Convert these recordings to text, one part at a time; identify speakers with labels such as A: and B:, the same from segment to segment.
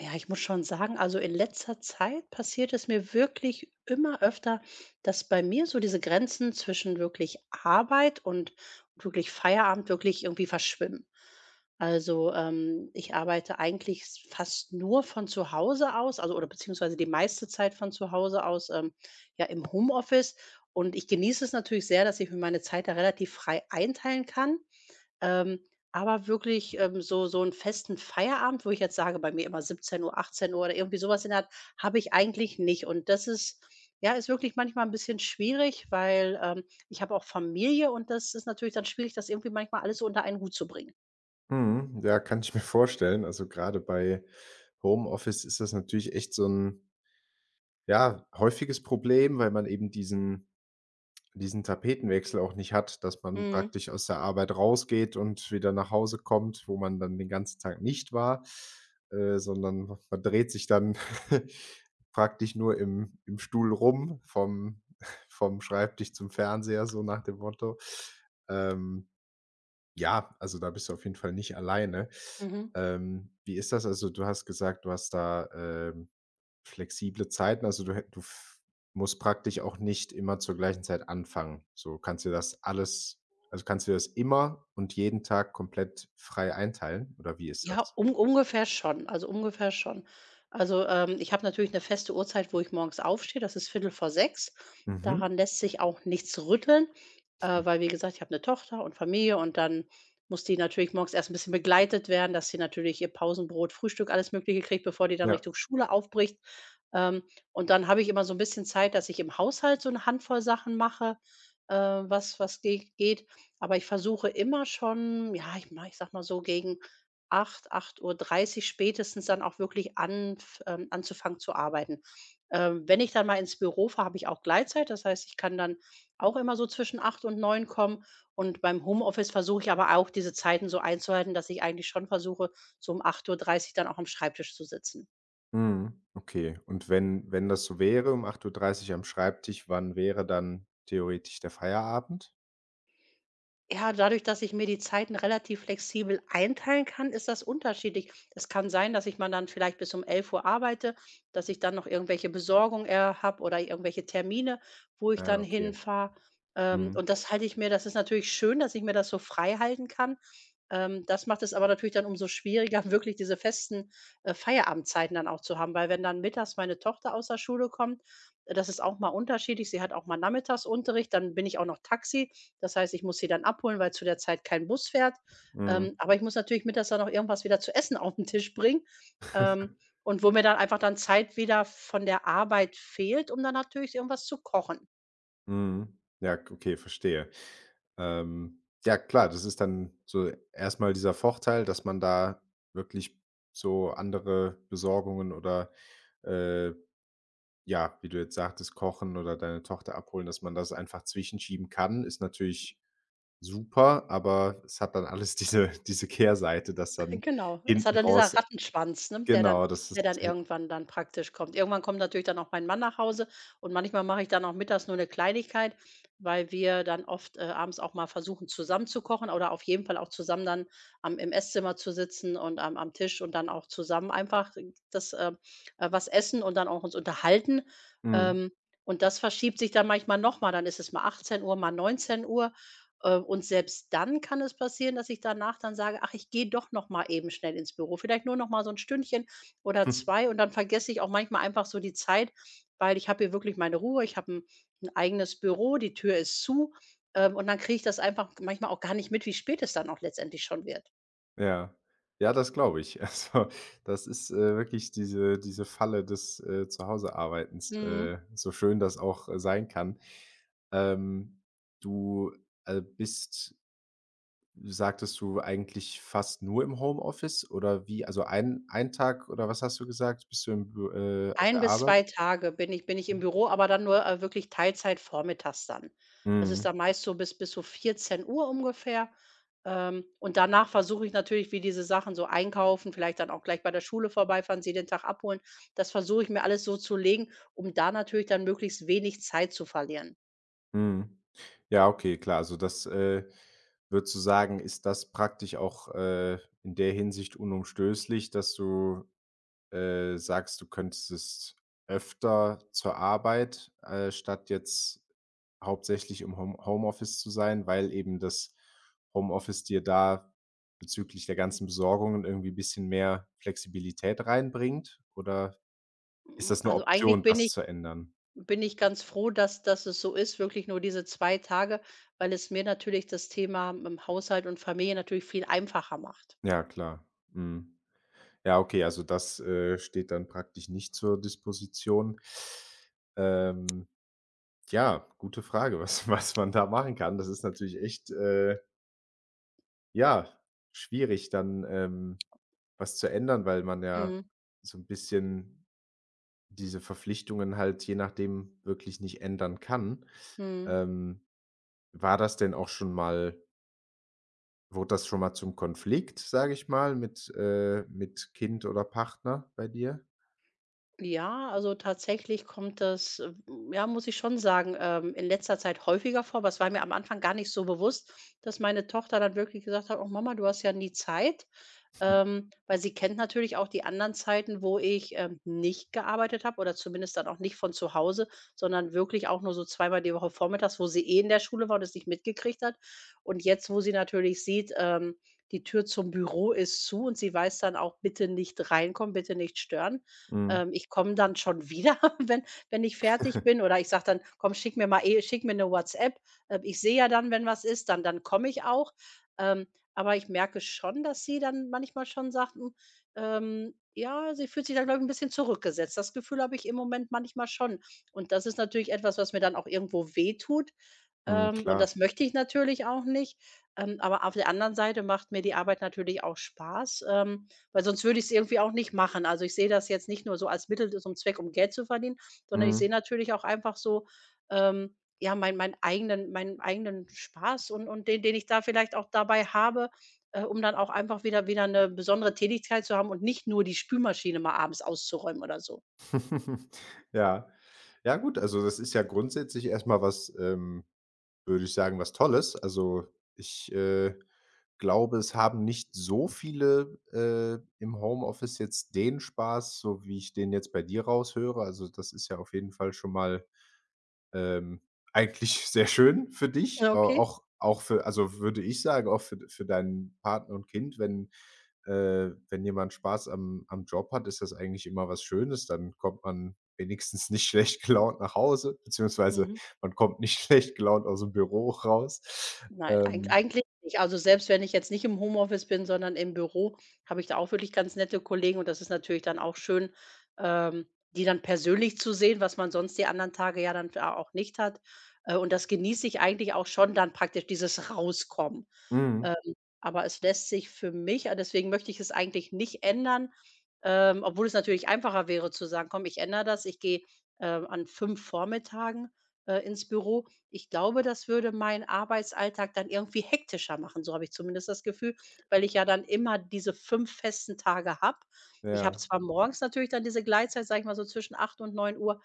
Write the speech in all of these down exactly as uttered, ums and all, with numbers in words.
A: Ja, ich muss schon sagen, also in letzter Zeit passiert es mir wirklich immer öfter, dass bei mir so diese Grenzen zwischen wirklich Arbeit und wirklich Feierabend wirklich irgendwie verschwimmen. Also ähm, ich arbeite eigentlich s- fast nur von zu Hause aus, also oder beziehungsweise die meiste Zeit von zu Hause aus, ähm, ja, im Homeoffice. Und ich genieße es natürlich sehr, dass ich mir meine Zeit da relativ frei einteilen kann. Ähm, aber wirklich, ähm, so so einen festen Feierabend, wo ich jetzt sage, bei mir immer siebzehn Uhr, achtzehn Uhr oder irgendwie sowas in der Art, habe ich eigentlich nicht. Und das ist ja, ist wirklich manchmal ein bisschen schwierig, weil, ähm, ich habe auch Familie, und das ist natürlich dann schwierig, das irgendwie manchmal alles so unter einen Hut zu bringen.
B: Mhm, ja, kann ich mir vorstellen. Also, gerade bei Homeoffice ist das natürlich echt so ein ja, häufiges Problem, weil man eben diesen diesen Tapetenwechsel auch nicht hat, dass man
A: Mhm,
B: praktisch aus der Arbeit rausgeht und wieder nach Hause kommt, wo man dann den ganzen Tag nicht war, äh, sondern man dreht sich dann praktisch nur im im Stuhl rum, vom vom Schreibtisch zum Fernseher, so nach dem Motto. Ähm ja, also da bist du auf jeden Fall nicht alleine.
A: mhm.
B: Ähm, wie ist das? Also, du hast gesagt, du hast da, ähm, flexible Zeiten, also du hä du f musst praktisch auch nicht immer zur gleichen Zeit anfangen. So kannst du das alles Also kannst du das immer und jeden Tag komplett frei einteilen oder wie ist
A: Ja,
B: das?
A: um ungefähr schon, also ungefähr schon. Also, ähm, ich habe natürlich eine feste Uhrzeit, wo ich morgens aufstehe, das ist viertel vor sechs.
B: Mhm.
A: Daran lässt sich auch nichts rütteln, äh, weil, wie gesagt, ich habe eine Tochter und Familie, und dann muss die natürlich morgens erst ein bisschen begleitet werden, dass sie natürlich ihr Pausenbrot, Frühstück, alles Mögliche kriegt, bevor die dann
B: Ja.
A: Richtung Schule aufbricht. Ähm, und dann habe ich immer so ein bisschen Zeit, dass ich im Haushalt so eine Handvoll Sachen mache, äh, was was ge geht. Aber ich versuche immer schon, ja, ich mach, ich sag mal, so gegen acht acht Uhr dreißig spätestens dann auch wirklich anf ähm, anzufangen zu arbeiten. Ähm, wenn ich dann mal ins Büro fahre, habe ich auch Gleitzeit. Das heißt, ich kann dann auch immer so zwischen acht und neun kommen. Und beim Homeoffice versuche ich aber auch, diese Zeiten so einzuhalten, dass ich eigentlich schon versuche, so um acht Uhr dreißig dann auch am Schreibtisch zu sitzen.
B: Mhm. Okay. Und wenn wenn das so wäre, um acht Uhr dreißig am Schreibtisch, wann wäre dann theoretisch der Feierabend?
A: Ja, dadurch, dass ich mir die Zeiten relativ flexibel einteilen kann, ist das unterschiedlich. Es kann sein, dass ich mal dann vielleicht bis um elf Uhr arbeite, dass ich dann noch irgendwelche Besorgungen, äh, habe oder irgendwelche Termine, wo ich
B: Ah,
A: dann
B: okay.
A: hinfahre. Ähm,
B: Mhm.
A: und das halte ich mir das ist natürlich schön, dass ich mir das so frei halten kann. Ähm, das macht es aber natürlich dann umso schwieriger, wirklich diese festen, äh, Feierabendzeiten dann auch zu haben, weil wenn dann mittags meine Tochter aus der Schule kommt, äh, das ist auch mal unterschiedlich. Sie hat auch mal Nachmittagsunterricht, dann bin ich auch noch Taxi. Das heißt, ich muss sie dann abholen, weil zu der Zeit kein Bus fährt.
B: Mhm.
A: Ähm, aber ich muss natürlich mittags dann noch irgendwas wieder zu essen auf den Tisch bringen, ähm, und wo mir dann einfach dann Zeit wieder von der Arbeit fehlt, um dann natürlich irgendwas zu kochen.
B: Mhm. Ja, k okay, verstehe. Ähm, ja klar, das ist dann so erstmal dieser Vorteil, dass man da wirklich so andere Besorgungen oder, äh, ja, wie du jetzt sagtest, kochen oder deine Tochter abholen, dass man das einfach zwischenschieben kann, ist natürlich super, aber es hat dann alles diese diese Kehrseite, dass dann
A: Genau. Es hat
B: hinten
A: dann dieser
B: raus
A: Rattenschwanz, ne, der dann
B: genau, das
A: der dann
B: ist
A: irgendwann dann praktisch kommt. Irgendwann kommt natürlich dann auch mein Mann nach Hause, und manchmal mache ich dann auch mittags nur eine Kleinigkeit, weil wir dann oft, äh, abends auch mal versuchen, zusammen zu kochen oder auf jeden Fall auch zusammen dann am im Esszimmer zu sitzen und am am Tisch und dann auch zusammen einfach das, äh äh, was essen und dann auch uns unterhalten.
B: mhm.
A: Ähm, und das verschiebt sich dann manchmal noch mal. Dann ist es mal achtzehn Uhr, mal neunzehn Uhr. Äh, und selbst dann kann es passieren, dass ich danach dann sage: „Ach, ich gehe doch noch mal eben schnell ins Büro.“ Vielleicht nur noch mal so ein Stündchen oder zwei, und dann vergesse ich auch manchmal einfach so die Zeit, weil ich habe hier wirklich meine Ruhe. Ich habe ein 'n eigenes Büro, die Tür ist zu, ähm, und dann kriege ich das einfach manchmal auch gar nicht mit, wie spät es dann auch letztendlich schon wird.
B: Ja. Ja, das glaube ich. Also, das ist, äh, wirklich diese diese Falle des, äh, Zuhause-Arbeitens, äh,
A: Mhm.
B: so schön das auch äh, sein kann. Ähm, du, äh, bist sagtest du, eigentlich fast nur im Homeoffice oder wie? Also, ein ein Tag oder was hast du gesagt, bist du im Bü äh, auf
A: Ein
B: der
A: bis
B: Arbeit?
A: zwei Tage bin ich bin ich im Büro, aber dann nur, äh, wirklich Teilzeit vormittags dann. Das ist
B: Mhm,
A: dann meist so bis bis so vierzehn Uhr ungefähr. Ähm, und danach versuche ich natürlich, wie diese Sachen so einkaufen, vielleicht dann auch gleich bei der Schule vorbeifahren, sie den Tag abholen. Das versuche ich mir alles so zu legen, um da natürlich dann möglichst wenig Zeit zu verlieren.
B: mhm. Ja, okay, klar. Also, das, äh, würdest du sagen, ist das praktisch auch, äh, in der Hinsicht unumstößlich, dass du äh, sagst, du könntest öfter zur Arbeit, äh, statt jetzt hauptsächlich im Home Homeoffice zu sein, weil eben das Homeoffice dir da bezüglich der ganzen Besorgungen irgendwie bisschen mehr Flexibilität reinbringt? Oder ist
A: Mhm,
B: das 'ne
A: also eigentlich
B: Option,
A: bin
B: das
A: ich
B: zu ändern?
A: bin ich ganz froh, dass dass es so ist, wirklich nur diese zwei Tage, weil es mir natürlich das Thema, ähm, Haushalt und Familie natürlich viel einfacher macht.
B: Ja, klar. Mhm. Ja, okay, also das, äh, steht dann praktisch nicht zur Disposition. Ähm, ja, gute Frage, was was man da machen kann. Das ist natürlich echt, äh ja, schwierig dann, ähm, was zu ändern, weil man ja
A: Mhm,
B: so ein bisschen diese Verpflichtungen halt je nachdem wirklich nicht ändern kann.
A: mhm.
B: Ähm, war das denn auch schon mal wurde das schon mal zum Konflikt, sage ich mal, mit äh, mit Kind oder Partner bei dir?
A: Ja, also tatsächlich kommt das, äh, ja, muss ich schon sagen, ähm, in letzter Zeit häufiger vor, aber es war mir am Anfang gar nicht so bewusst, dass meine Tochter dann wirklich gesagt hat: „Oh Mama, du hast ja nie Zeit.“ Ähm, weil sie kennt natürlich auch die anderen Zeiten, wo ich, ähm, nicht gearbeitet habe oder zumindest dann auch nicht von zu Hause, sondern wirklich auch nur so zweimal die Woche vormittags, wo sie eh in der Schule war und es nicht mitgekriegt hat. Und jetzt, wo sie natürlich sieht, ähm, die Tür zum Büro ist zu und sie weiß dann auch: „Bitte nicht reinkommen, bitte nicht stören.“
B: Mhm,
A: ähm, Ich komme dann schon wieder, wenn wenn ich fertig bin, oder ich sage dann: „Komm, schick mir mal eh schick mir 'ne WhatsApp.“ Ähm, ich sehe ja dann, wenn was ist, dann dann komme ich auch. Ähm, aber ich merke schon, dass sie dann manchmal schon sagt, hm, ähm, ja, sie fühlt sich da, glaube ich, ein bisschen zurückgesetzt. Das Gefühl habe ich im Moment manchmal schon. Und das ist natürlich etwas, was mir dann auch irgendwo wehtut.
B: mhm,
A: Ähm, und
B: klar.
A: das möchte ich natürlich auch nicht. Ähm, aber auf der anderen Seite macht mir die Arbeit natürlich auch Spaß. Ähm weil sonst würde ich es irgendwie auch nicht machen. Also, ich sehe das jetzt nicht nur so als Mittel zum Zweck, um Geld zu verdienen, sondern ich
B: Mhm.
A: sehe natürlich auch einfach so, ähm, ja, mein meinen eigenen meinen eigenen Spaß und und den, den ich da vielleicht auch dabei habe, äh, um dann auch einfach wieder wieder eine besondere Tätigkeit zu haben und nicht nur die Spülmaschine mal abends auszuräumen oder so.
B: Ja. Ja gut, also das ist ja grundsätzlich erst mal was, ähm würde ich sagen, was Tolles. Also, ich, äh, glaube, es haben nicht so viele, äh, im Homeoffice jetzt den Spaß, so wie ich den jetzt bei dir raushöre. Also, das ist ja auf jeden Fall schon mal ähm, eigentlich sehr schön für dich,
A: Ja,
B: äh,
A: okay.
B: auch auch für also, würde ich sagen, auch für für deinen Partner und Kind, wenn äh, wenn jemand Spaß am am Job hat, ist das eigentlich immer was Schönes. Dann kommt man wenigstens nicht schlecht gelaunt nach Hause, beziehungsweise
A: Mhm.
B: man kommt nicht schlecht gelaunt aus dem Büro raus.
A: Nein, eigen
B: Ähm,
A: eigentlich nicht. Also, selbst wenn ich jetzt nicht im Homeoffice bin, sondern im Büro, habe ich da auch wirklich ganz nette Kollegen, und das ist natürlich dann auch schön, ähm, die dann persönlich zu sehen, was man sonst die anderen Tage ja dann da auch nicht hat. Äh, und das genieße ich eigentlich auch schon dann praktisch dieses Rauskommen.
B: mhm,
A: Ähm, aber es lässt sich für mich ah, deswegen möchte ich es eigentlich nicht ändern, ähm, obwohl es natürlich einfacher wäre zu sagen: „Komm, ich ändere das. Ich gehe, ähm, an fünf Vormittagen, äh, ins Büro.“ Ich glaube, das würde meinen Arbeitsalltag dann irgendwie hektischer machen, so habe ich zumindest das Gefühl, weil ich ja dann immer diese fünf festen Tage habe. Ich habe
B: ja,
A: zwar morgens natürlich dann diese Gleitzeit, sage ich mal, so zwischen acht und neun Uhr,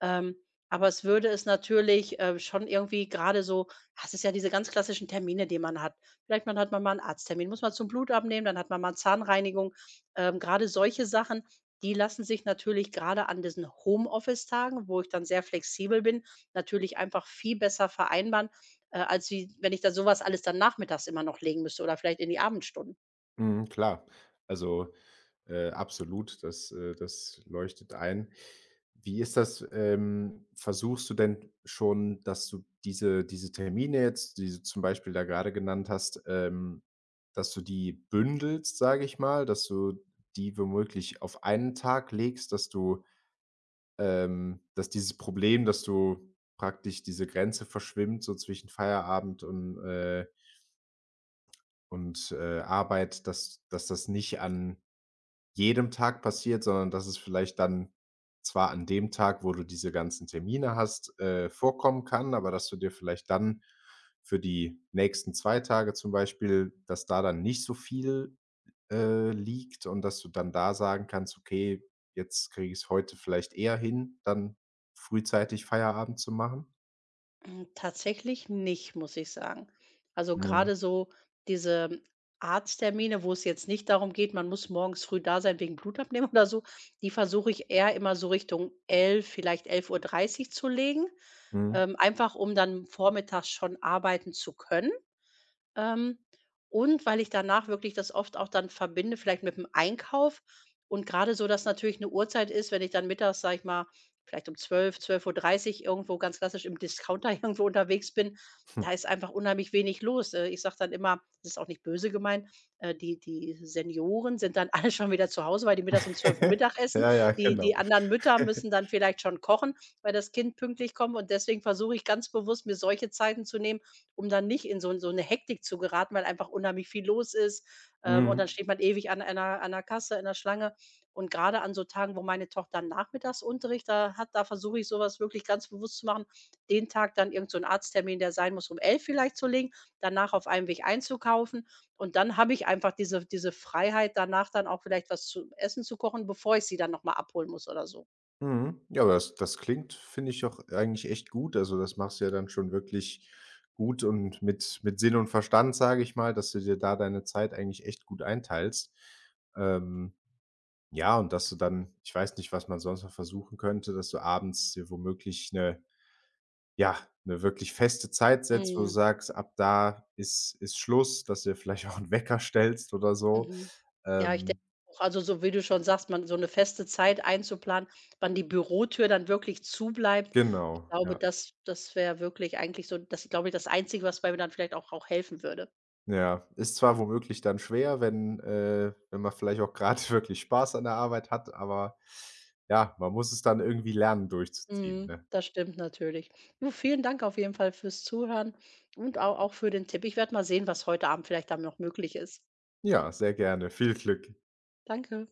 A: ähm, aber es würde es natürlich, äh, schon irgendwie gerade so hast es ist ja diese ganz klassischen Termine, die man hat. Vielleicht man hat man mal einen Arzttermin, muss man zum Blut abnehmen, dann hat man mal Zahnreinigung. Ähm, grade solche Sachen, die lassen sich natürlich gerade an diesen Homeoffice-Tagen, wo ich dann sehr flexibel bin, natürlich einfach viel besser vereinbaren, äh, als wie wenn ich da sowas alles dann nachmittags immer noch legen müsste oder vielleicht in die Abendstunden.
B: mhm, klar. Also Äh, absolut, das äh, das leuchtet ein. Wie ist das, ähm versuchst du denn schon, dass du diese diese Termine jetzt, die du zum Beispiel da gerade genannt hast, ähm, dass du die bündelst, sage ich mal, dass du die womöglich auf einen Tag legst, dass du ähm, dass dieses Problem, dass du praktisch diese Grenze verschwimmt, so zwischen Feierabend und, äh und, äh, Arbeit, dass dass das nicht an jedem Tag passiert, sondern dass es vielleicht dann zwar an dem Tag, wo du diese ganzen Termine hast, äh, vorkommen kann, aber dass du dir vielleicht dann für die nächsten zwei Tage zum Beispiel dass da dann nicht so viel, äh, liegt und dass du dann da sagen kannst: „Okay, jetzt kriege ich es heute vielleicht eher hin, dann frühzeitig Feierabend zu machen?“
A: Hm, tatsächlich nicht, muss ich sagen. Also,
B: Mhm,
A: gerade so diese Arzttermine, wo es jetzt nicht darum geht, man muss morgens früh da sein wegen Blutabnehmen oder so, die versuche ich eher immer so Richtung elf, vielleicht elf Uhr dreißig zu legen,
B: mhm.
A: ähm, einfach um dann vormittags schon arbeiten zu können. Ähm, und weil ich danach wirklich das oft auch dann verbinde, vielleicht mit dem Einkauf, und gerade so, dass natürlich eine Uhrzeit ist, wenn ich dann mittags, sage ich mal, vielleicht um zwölf, zwölf Uhr dreißig irgendwo ganz klassisch im Discounter irgendwo unterwegs bin, da ist einfach unheimlich wenig los. Äh, ich sage dann immer, das ist auch nicht böse gemeint, äh, die die Senioren sind dann alle schon wieder zu Hause, weil die mittags um zwölf Uhr Mittag essen.
B: Ja, ja,
A: Die
B: genau.
A: die anderen Mütter müssen dann vielleicht schon kochen, weil das Kind pünktlich kommt, und deswegen versuche ich ganz bewusst, mir solche Zeiten zu nehmen, um dann nicht in so 'n so 'ne Hektik zu geraten, weil einfach unheimlich viel los ist, ähm, und dann
B: Mhm.
A: steht man ewig an einer an 'ner Kasse in der Schlange. Und gerade an so Tagen, wo meine Tochter Nachmittagsunterricht da hat, da versuche ich so was wirklich ganz bewusst zu machen, den Tag dann irgend so 'n Arzttermin, der sein muss, um elf vielleicht zu legen, danach auf einem Weg einzukaufen. Und dann habe ich einfach diese diese Freiheit, danach dann auch vielleicht was zu essen zu kochen, bevor ich sie dann noch mal abholen muss oder so.
B: Mhm. Ja, aber das das klingt, finde ich, auch eigentlich echt gut. Also, das machst du ja dann schon wirklich gut und mit mit Sinn und Verstand, sage ich mal, dass du dir da deine Zeit eigentlich echt gut einteilst. Ähm, ja, und dass du dann ich weiß nicht, was man sonst noch versuchen könnte, dass du abends dir womöglich eine ja, eine wirklich feste Zeit setzt, wo du
A: Mhm.
B: sagst: „Ab da ist ist Schluss“, dass du dir vielleicht auch 'n Wecker stellst oder so.
A: Mhm. Ja, ich
B: Ähm,
A: denke auch, also, so wie du schon sagst, man so 'ne feste Zeit einzuplanen, wann die Bürotür dann wirklich zubleibt. Ich
B: genau,
A: glaube,
B: ja.
A: das das wäre wirklich eigentlich so das glaube ich, das Einzige, was bei mir dann vielleicht auch auch helfen würde.
B: Ja, ist zwar womöglich dann schwer, wenn äh, wenn man vielleicht auch gerade wirklich Spaß an der Arbeit hat, aber ja, man muss es dann irgendwie lernen durchzuziehen,
A: Mhm,
B: ne?
A: das stimmt natürlich. Du, vielen Dank auf jeden Fall fürs Zuhören und au auch für den Tipp. Ich werde mal sehen, was heute Abend vielleicht dann noch möglich ist.
B: Ja, sehr gerne. Viel Glück.
A: Danke.